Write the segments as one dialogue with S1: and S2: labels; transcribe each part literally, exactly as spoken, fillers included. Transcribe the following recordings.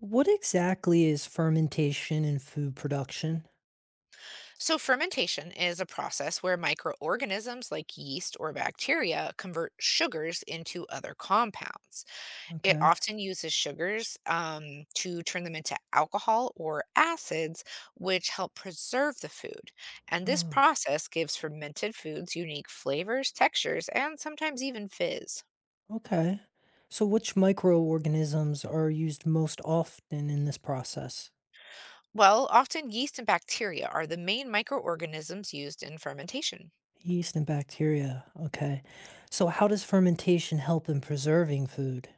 S1: What exactly is fermentation in food production?
S2: So, fermentation is a process where microorganisms like yeast or bacteria convert sugars into other compounds. It
S1: Okay.
S2: often uses sugars um, to turn them into alcohol or acids, which help preserve the food. And this
S1: Oh,
S2: process gives fermented foods unique flavors, textures, and sometimes even fizz.
S1: okay. So, which microorganisms are used most often in this process?
S2: Well, often yeast and bacteria are the main microorganisms used in fermentation.
S1: Yeast and bacteria. Okay. So, how does fermentation help in preserving food?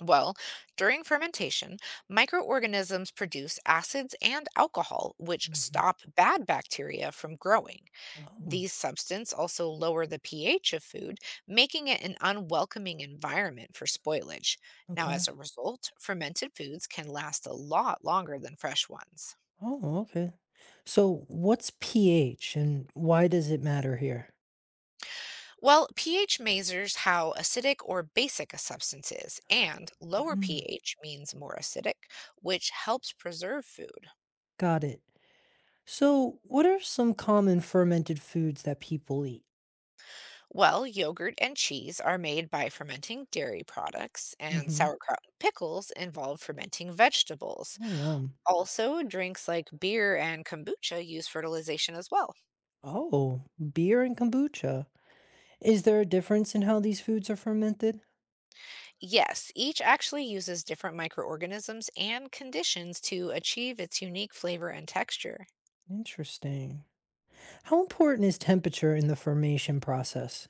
S2: Well, during fermentation, microorganisms produce acids and alcohol, which
S1: Hmm.
S2: stop bad bacteria from growing.
S1: Oh,
S2: These substances also lower the pH of food, making it an unwelcoming environment for spoilage. Now, as
S1: okay.
S2: a result, fermented foods can last a lot longer than fresh ones.
S1: Oh, okay. So, what's pH and why does it matter here?
S2: Well, pH measures how acidic or basic a substance is, and lower
S1: Mm.
S2: pH means more acidic, which helps preserve food.
S1: Got it. So, what are some common fermented foods that people eat?
S2: Well, yogurt and cheese are made by fermenting dairy products, and
S1: Mm-hmm.
S2: sauerkraut and pickles involve fermenting vegetables.
S1: Oh, yum.
S2: Also, drinks like beer and kombucha use fertilization as well.
S1: Oh, beer and kombucha. Is there a difference in how these foods are fermented?
S2: Yes, each actually uses different microorganisms and conditions to achieve its unique flavor and texture.
S1: Interesting. How important is temperature in the fermation process?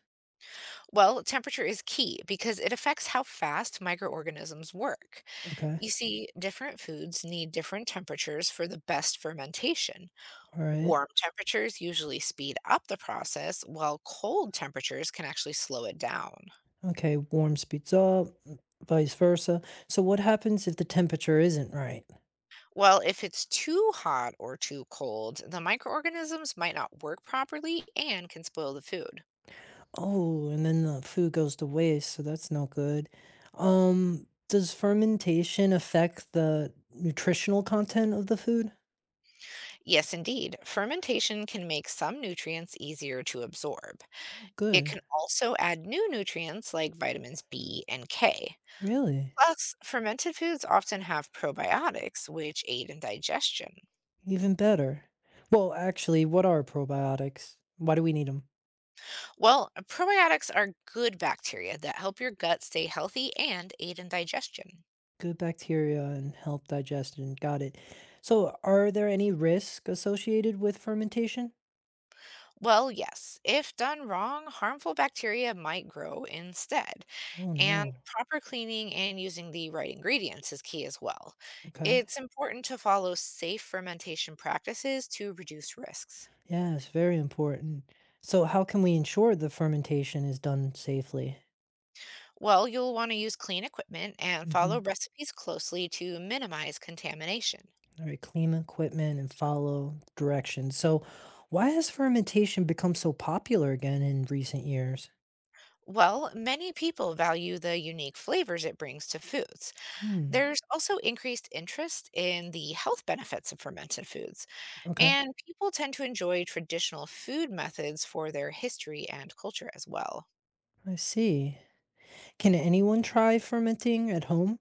S2: Well, temperature is key because it affects how fast microorganisms work.
S1: Okay.
S2: You see, different foods need different temperatures for the best fermentation.
S1: All right.
S2: Warm temperatures usually speed up the process, while cold temperatures can actually slow it down.
S1: Okay. Warm speeds up, vice versa. So, what happens if the temperature isn't right?
S2: Well, if it's too hot or too cold, the microorganisms might not work properly and can spoil the food.
S1: Oh, and then the food goes to waste, so that's no good. Um, does fermentation affect the nutritional content of the food?
S2: Yes, indeed, fermentation can make some nutrients easier to absorb.
S1: Oh,
S2: It
S1: good.
S2: can also add new nutrients like vitamins B and K.
S1: Really?
S2: Plus, fermented foods often have probiotics, which aid in digestion.
S1: Even better. Well, actually, what are probiotics? Why do we need them?
S2: Well, probiotics are good bacteria that help your gut stay healthy and aid in digestion.
S1: Good bacteria and help digestion. Got it. So, are there any risks associated with fermentation?
S2: Well, yes, if done wrong, harmful bacteria might grow instead.
S1: Oh,
S2: And
S1: no.
S2: proper cleaning and using the right ingredients is key as well.
S1: Okay.
S2: It's important to follow safe fermentation practices to reduce risks.
S1: Yeah, it's very important. So, how can we ensure the fermentation is done safely?
S2: Well, you'll want to use clean equipment and follow
S1: Hmm.
S2: recipes closely to minimize contamination.
S1: All right, clean equipment and follow directions. So, why has fermentation become so popular again in recent years?
S2: Well, many people value the unique flavors it brings to foods.
S1: Hmm.
S2: There's also increased interest in the health benefits of fermented foods,
S1: Okay.
S2: and people tend to enjoy traditional food methods for their history and culture as well.
S1: I see. Can anyone try fermenting at home?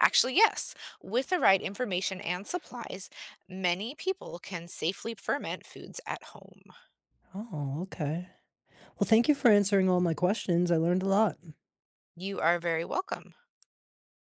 S2: Actually, yes, with the right information and supplies, many people can safely ferment foods at home.
S1: Oh, okay. Well, thank you for answering all my questions. I learned a lot.
S2: You are very welcome.